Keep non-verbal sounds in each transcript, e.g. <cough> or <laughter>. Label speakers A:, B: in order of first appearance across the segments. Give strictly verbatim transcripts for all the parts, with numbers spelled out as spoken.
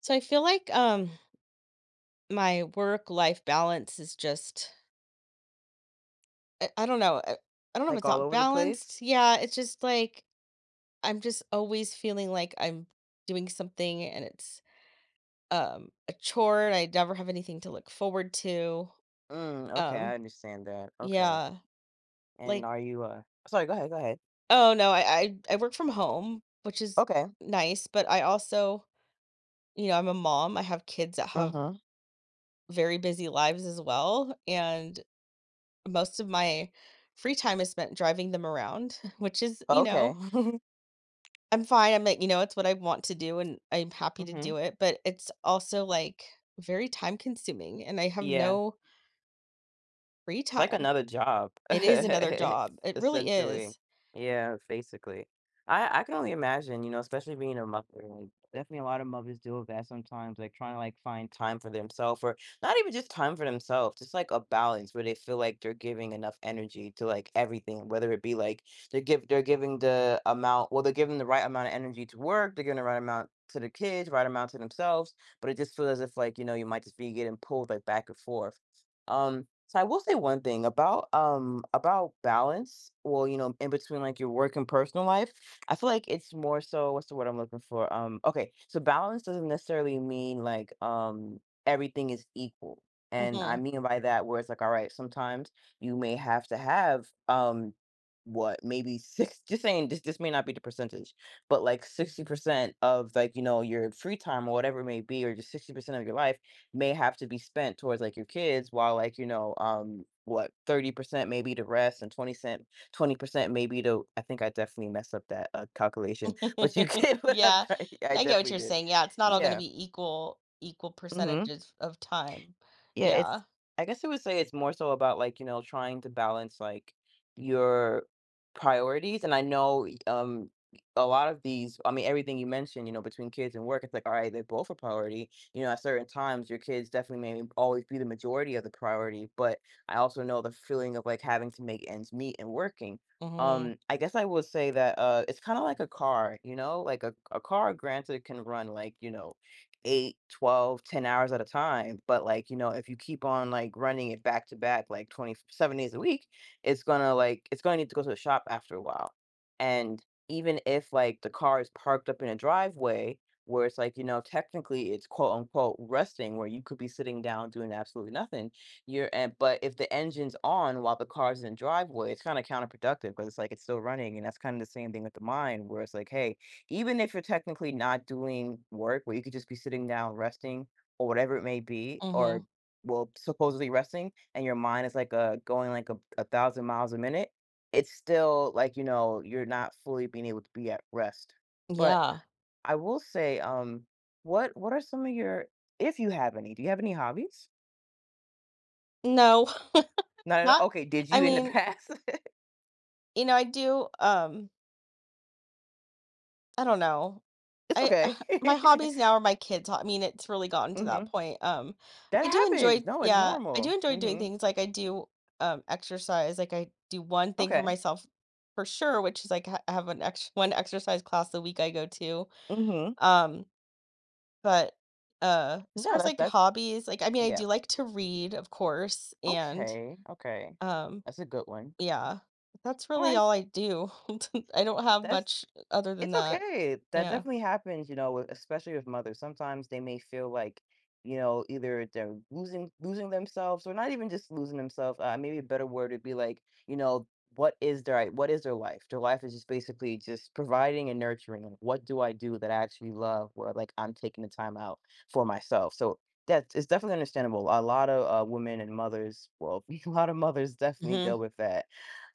A: So I feel like um my work life balance is just I, I don't know. I, I don't know if
B: Like,
A: it's
B: all
A: not
B: over the place?
A: balanced. Yeah, it's just like I'm just always feeling like I'm doing something and it's um a chore and I never have anything to look forward to.
B: Mm, okay,
A: Um
B: I understand that, okay.
A: yeah,
B: And
A: like
B: are you, uh sorry, go ahead, go ahead.
A: oh no, I I, I work from home, which is
B: Okay.
A: nice, but I also, you know, I'm a mom. I have kids that have
B: Mhm.
A: very busy lives as well and most of my free time is spent driving them around. <laughs> which is, you
B: Okay.
A: know,
B: <laughs>
A: I'm fine. I'm like, you know, it's what I want to do and I'm happy to
B: Mhm.
A: do it, but it's also like very time consuming and I have
B: Yeah.
A: no free
B: It's like
A: time.
B: another job,
A: It is another
B: <laughs>
A: job. It really
B: essentially.
A: is.
B: Yeah, basically. I I can only imagine, you know, especially being a mother, like, definitely a lot of mothers deal with that sometimes, like, trying to, like, find time for themselves, or not even just time for themselves, just, like, a balance where they feel like they're giving enough energy to, like, everything, whether it be, like, they give they're giving the amount well, they're giving the right amount of energy to work, they're giving the right amount to the kids, right amount to themselves, but it just feels as if, like, you know, you might just be getting pulled, like, back and forth. Um, so I will say one thing about um about balance. Well, you know, in between like your work and personal life, I feel like it's more so what's the word I'm looking for? Um, okay, so balance doesn't necessarily mean like um everything is equal. And I
A: Hmm.
B: mean by that where it's like, all right, sometimes you may have to have um what maybe six, <laughs> just saying this this may not be the percentage, but like sixty percent of like you know your free time or whatever it may be, or just sixty percent of your life may have to be spent towards like your kids, while like you know um what thirty percent maybe to rest and twenty cent twenty percent maybe to. I think I definitely messed up that uh, calculation, but you <laughs>
A: <laughs>
B: get what I'm
A: Yeah.
B: trying. I
A: I get what
B: definitely
A: you're
B: did.
A: saying. Yeah. It's not all going to
B: Yeah.
A: be equal, equal
B: Hmm.
A: percentages of time.
B: Yeah,
A: Yeah.
B: it's I guess I would say it's more so about, like, you know, trying to balance, like, your priorities, and I know, y um, a lot of these I mean, everything you mentioned, you know, between kids and work, it's like, alright, they're both a priority, you know, at certain times, your kids definitely may always be the majority of the priority, but I also know the feeling of, like, having to make ends meet and working.
A: Hmm.
B: Um, I guess I would say that, uh, it's kinda like a car, you know? Like, a a car, granted, can run, like, you know, eight, twelve, ten hours at a time, but, like, you know, if you keep on, like, running it back to back, like, twenty seven days a week, it's gonna, like it's gonna need to go to the shop after a while, and even if, like, the car is parked up in a driveway where it's, like, you know, technically it's quote, unquote, "resting," where you could be sitting down doing absolutely nothing, you're and but if the engine's on while the car's in the driveway, it's kinda counterproductive counterproductive because it's, like, it's still running, and that's kinda the same thing with the mind where it's, like, "Hey, even if you're technically not doing work, where you could just be sitting down resting or whatever it may be,
A: Hmm.
B: or well supposedly resting, and your mind is like a going like a, a thousand miles a minute, it's still like you know you're not fully being able to be at rest." But
A: Yeah.
B: I will say, um what what are some of your if you have any, do you have any hobbies?
A: No, <laughs>
B: Not at
A: not,
B: all? Okay, did
A: I
B: you in the
A: mean,
B: past?
A: you know, I do, um, I don't know.
B: <laughs> It's
A: I
B: okay.
A: <sighs> my hobbies now are my kids' ho I mean, it's really gotten
B: <laughs>
A: to that
B: Hmm,
A: point, um,
B: that
A: I do
B: happens.
A: enjoy
B: No, it's
A: yeah, I do
B: normal.
A: enjoy doing
B: Hmm.
A: things, like, I do, um, exercise, like, I do one thing for
B: Okay.
A: myself for sure, which is, like, ha I have an ex one exercise class a week I go to,
B: Hmm.
A: um, but, uh, as far
B: Yeah,
A: as,
B: that's
A: like,
B: that's
A: hobbies, like, I mean, I
B: yeah.
A: do like to read, of course, and,
B: Okay, okay.
A: um,
B: That's a good one.
A: yeah, that's
B: All
A: really
B: right,
A: all
B: s-
A: I do. <laughs> I don't have
B: that's
A: much other than
B: it's
A: that.
B: okay. That
A: Yeah.
B: definitely happens, you know, with, especially with mothers. Sometimes they may feel like, you know, either they're losing losing themselves, or not even just losing themselves. Uh, maybe a better word would be like, you know, what is their what is their life? Their life is just basically just providing and nurturing. Like, what do I do that I actually love, where like I'm taking the time out for myself? So that's it's definitely understandable. A lot of uh, women and mothers, well, <laughs> a lot of mothers definitely
A: Mhm.
B: deal with that.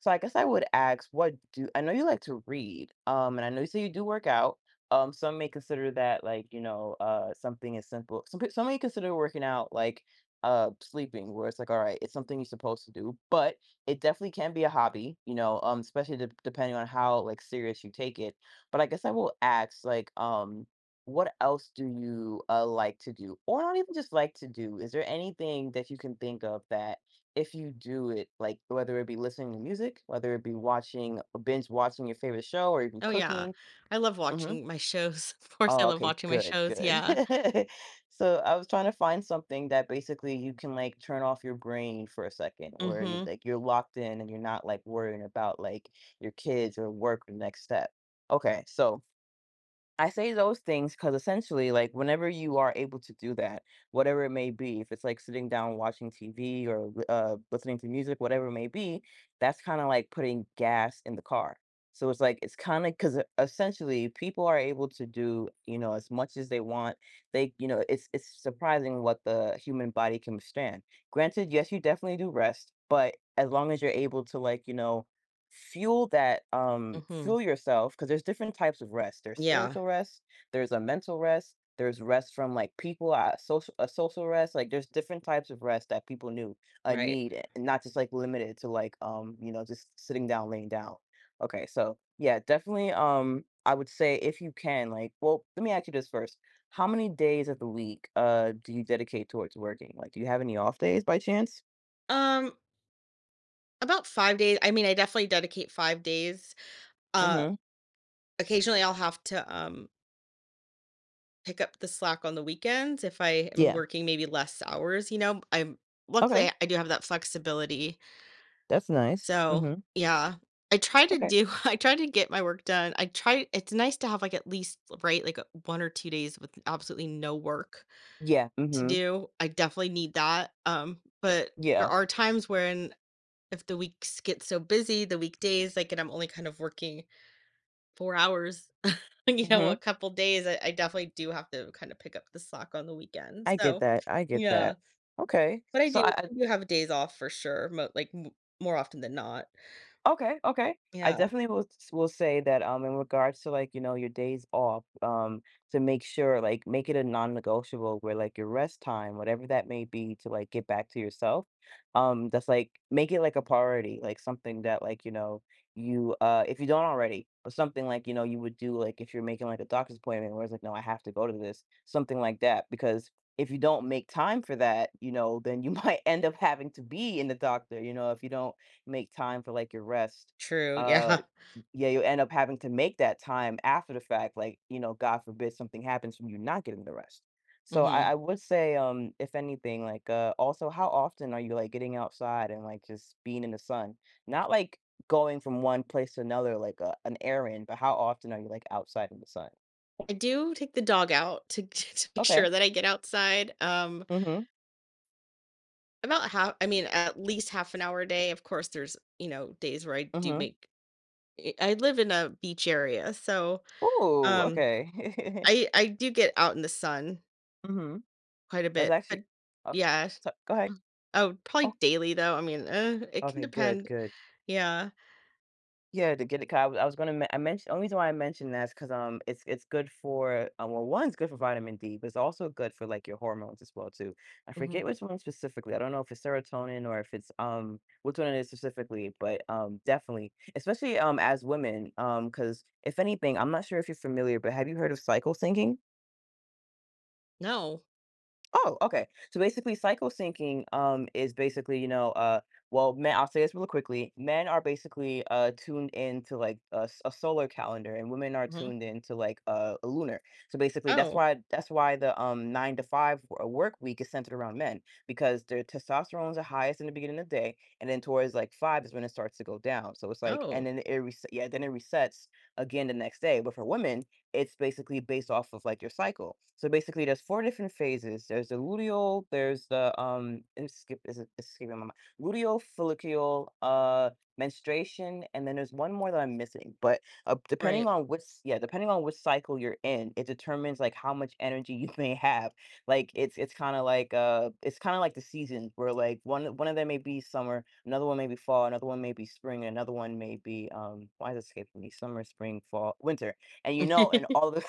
B: So I guess I would ask, what do I know you like to read, um, and I know you say you do work out. Um, some may consider that like, you know, uh, something as simple. Some peo- some may consider working out like uh sleeping, where it's like, all right, it's something you're supposed to do, but it definitely can be a hobby, you know, um, especially de- depending on how like serious you take it. But I guess I will ask, like, um, what else do you uh like to do, or not even just like to do? Is there anything that you can think of that if you do it, like whether it be listening to music, whether it be watching uh, binge watching your favorite show, or even
A: Oh, yeah.
B: cooking?
A: I love
B: Mhm.
A: watching my shows. <laughs> Of course, I
B: Oh,
A: love
B: okay,
A: watching my
B: good,
A: shows,
B: good.
A: yeah.
B: <laughs> So I was trying to find something that basically you can like turn off your brain for a second, where you
A: Mhm,
B: like you're locked in and you're not like worrying about like your kids or work or next step. Okay, so I say those things because essentially, like, whenever you are able to do that, whatever it may be, if it's like sitting down watching T V or li uh, listening to music, whatever it may be, that's kinda like putting gas in the car. So it's like, it's kinda of because essentially, people are able to do, you know, as much as they want. They You know, it's it's surprising what the human body can withstand. Granted, yes, you definitely do rest, but as long as you're able to, like, you know, fuel that um
A: mhm.
B: fuel yourself, because there's different types of rest. There's
A: Yeah,
B: spiritual rest, there's a mental rest, there's rest from like people, uh, social, a social rest, like there's different types of rest that people knew uh,
A: right.
B: need, a- and not just like limited to like um you know just sitting down laying down. Okay, so yeah, definitely, um I would say if you can like well let me ask you this first, how many days of the week uh do you dedicate towards working, like do you have any off days by chance?
A: Um, about five days, I mean, I definitely dedicate five days. Uh,
B: Mm-hmm.
A: Occasionally, I'll have to, um, pick up the slack on the weekends if I am
B: Yeah.
A: working maybe less hours, you know? I'm
B: Okay,
A: Luckily, I do have that flexibility.
B: that's nice.
A: So,
B: Mm-hmm.
A: yeah. I try to
B: Okay.
A: do <laughs> I try to get my work done. I try It's nice to have, like, at least, right, like, uh, one or two days with absolutely no work
B: Yeah,
A: to
B: mhm,
A: do. I definitely need that. Um, but there
B: yeah,
A: are times when if the weeks get so busy, the weekdays, like, and I'm only kind of working four hours, <laughs> you know,
B: mhm,
A: a couple days, I, I definitely do have to kind of pick up the slack on the weekend.
B: I get
A: So,
B: that, I get
A: yeah,
B: that. Okay,
A: but I
B: so
A: do,
B: I
A: I do have days off for sure, mo- like m- more often than not.
B: okay, okay. I
A: Yeah,
B: definitely will s- will say that um in regards to like, you know, your days off, um, to make sure like make it a non-negotiable where like your rest time, whatever that may be, to like get back to yourself. Um, that's like make it like a priority, like something that like, you know, you uh if you don't already, but something like, you know, you would do like if you're making like a doctor's appointment where it's like, no, I have to go to this, something like that. Because if you don't make time for that, you know, then you <laughs> might end up having to be in the doctor, you know, if you don't make time for, like, your rest,
A: true. <laughs>
B: uh,
A: Yeah.
B: yeah, you end up having to make that time after the fact, like, you know, God forbid something happens from you not getting the rest. So
A: Hmm.
B: I I would say, um, if anything, like, uh, also, how often are you, like, getting outside and, like, just being in the sun? Not, like, going from one place to another like a an errand, but how often are you, like, outside in the sun?
A: I do take the dog out to, <laughs> to make sure
B: Okay.
A: that I get outside. Um,
B: Mhm,
A: About half, I mean, at least half an hour a day. Of course, there's, you know, days where I do
B: mhm.
A: make eh, I live in a beach area, so,
B: Ooh,
A: um,
B: okay. <laughs>
A: I I do get out in the sun
B: Mhm.
A: quite a
B: That's
A: bit, but
B: actually oh,
A: yeah.
B: so go ahead.
A: Oh, probably
B: Oh,
A: daily, though. I mean, uh, it can
B: okay, good,
A: depend.
B: good.
A: Yeah.
B: Yeah, to get it, 'cause I was I was gonna men I mentioned only reason why I mentioned that is because um, it's it's good for, um. Well, one, it's good for vitamin D, but it's also good for, like, your hormones as well too. I
A: Mhm.
B: forget which one specifically, I don't know if it's serotonin or if it's, um, which one it is specifically, but, um, definitely, especially, um, as women, um, because if anything, I'm not sure if you're familiar, but have you heard of cycle syncing?
A: No.
B: Oh, okay. So basically, cycle syncing um, is basically, you know, uh, well, men, I'll say this really quickly. Men are basically uh, tuned into like a, s- a solar calendar, and women are
A: Mhm.
B: tuned into like a, a lunar. So basically, that's
A: Oh.
B: why that's why the um, nine to five w- uh, work week is centered around men because their testosterone's the highest in the beginning of the day, and then towards like five is when it starts to go down. So it's like,
A: Oh,
B: and then it res- yeah, then it resets again the next day. But for women, it's basically based off of like your cycle. So basically, there's four different phases. There's the luteal. There's the um. It's skip is it it's escaping my mind. Luteal, follicular, uh, menstruation, and then there's one more that I'm missing. But uh, depending
A: right.
B: on which yeah, depending on which cycle you're in, it determines like how much energy you <laughs> may have. Like it's it's kind of like uh, it's kind of like the seasons where like one one of them may be summer, another one may be fall, another one may be spring, and another one may be um. Why is it escaping me? Summer, spring, fall, winter and you know, in
A: <laughs>
B: all the,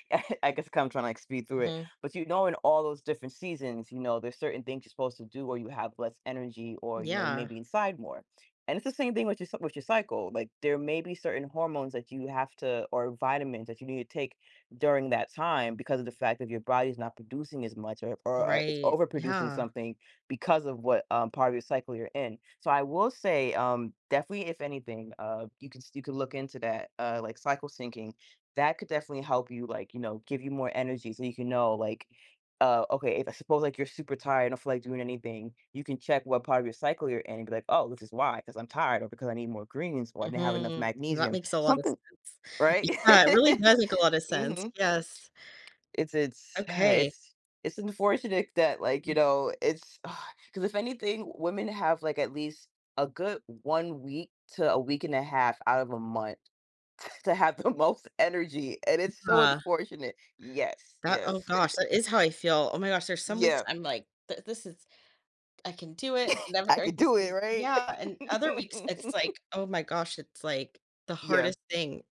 B: <laughs> I I guess 'cause I'm trying to like speed through it,
A: Mhm.
B: but you know, in all those different seasons, you know, there's certain things you're supposed to do, or you have less energy, or you know, you may
A: Yeah.
B: be inside more. And it's the same thing with your cy- with your cycle. Like there may be certain hormones that you have to, or vitamins that you need to take during that time because of the fact that your body is not producing as much, or or uh, it's
A: Right.
B: overproducing
A: Yeah.
B: something because of what um, part of your cycle you're in. So I will say, um, definitely, if anything, uh, you can s- you can look into that, uh, like cycle syncing that could definitely help you, like, you know, give you more energy so you can know, like, uh, okay, if I suppose, like, you're super tired and don't feel like doing anything, you can check what part of your cycle you're in and be like, "Oh, this is why, because 'cause I'm tired," or, "Because I need more greens," or, "I didn't have enough
A: Mhm. That
B: magnesium."
A: makes a lot of
B: Something
A: sense.
B: right?
A: Yeah, it really
B: <laughs>
A: does make a lot of sense.
B: Mhm.
A: Yes.
B: It's it's <sighs>
A: Okay.
B: it's it's unfortunate that, like, you
A: Mhm.
B: know, it's <sighs> because if anything, women have, like, at least a good one week to a week and a half out of a month <laughs> to have the most energy, and it's so unfortunate. Yes,
A: That
B: yes.
A: Oh gosh, that is how I feel. Oh my gosh, there's some weeks
B: <laughs> Yeah,
A: I'm like, "Th This is, I can do it." Never <laughs>
B: I could
A: everything
B: do it,
A: seems,
B: right?
A: yeah, and other weeks it's
B: <laughs>
A: like, "Oh my gosh," it's like the
B: Yeah.
A: hardest thing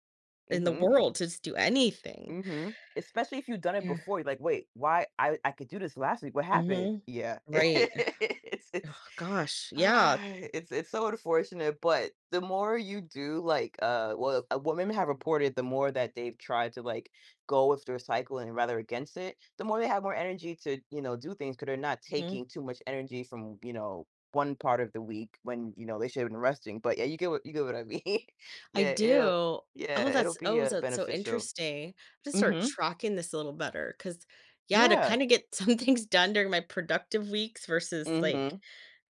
B: Mm
A: in the
B: hmm.
A: world to just do anything.
B: Mm hmm. Especially if you've done it
A: Yeah.
B: before, you're like, wait, why I I could do this last week? What happened?
A: Mhm.
B: Yeah. <laughs>
A: Right.
B: it's it's
A: Oh gosh, yeah.
B: Ah, It's it's so unfortunate, but the more you do, like, uh, well, uh, women have reported the more that they've tried to like go with their cycle and rather against it, the more they have more energy to you know do things because they're not
A: Mhm.
B: taking too much energy from you know one part of the week when you know they should have been resting. But yeah, you get what you get what I mean. <laughs>
A: I
B: Yeah, it'll
A: do.
B: yeah
A: Oh,
B: it'll
A: that's
B: be
A: oh,
B: uh,
A: that's so
B: beneficial.
A: interesting. I just start
B: Mm-hmm.
A: tracking this a little better because yeah, to
B: Yeah.
A: kinda get <laughs> some things done during my productive weeks versus like
B: Mm-hmm.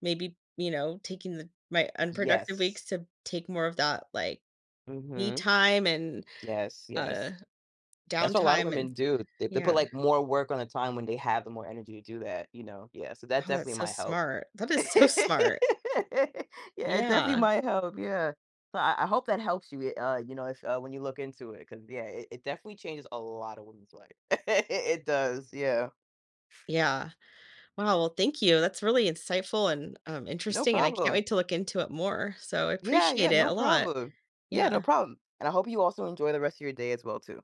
A: maybe, you know, taking the my unproductive weeks
B: Yes.
A: to take more of that, like, me
B: Mm-hmm.
A: time and,
B: Yes.
A: uh,
B: Yes. That's what a lot of
A: downtime and
B: women do. They, they put
A: yeah.
B: like more work on the time when they have the more energy to do that, you know? Yeah. So that
A: Oh,
B: definitely
A: that's so
B: might help.
A: smart. That
B: <laughs>
A: is so <laughs>
B: Yeah,
A: smart.
B: it definitely
A: Yeah.
B: might help. Yeah. So I, I hope that helps you, uh, you know, if uh, when you look into it, because yeah, it, it definitely changes a lot of women's life. <laughs> It does. Yeah.
A: Yeah. Wow, well, thank you. That's really insightful and, um,
B: No
A: interesting, and I can't
B: problem.
A: wait to look into it more. So I
B: Yeah.
A: appreciate
B: Yeah.
A: it
B: No
A: a lot.
B: problem. Yeah. No
A: Yeah.
B: problem. And I hope you also enjoy the rest of your day as well, too.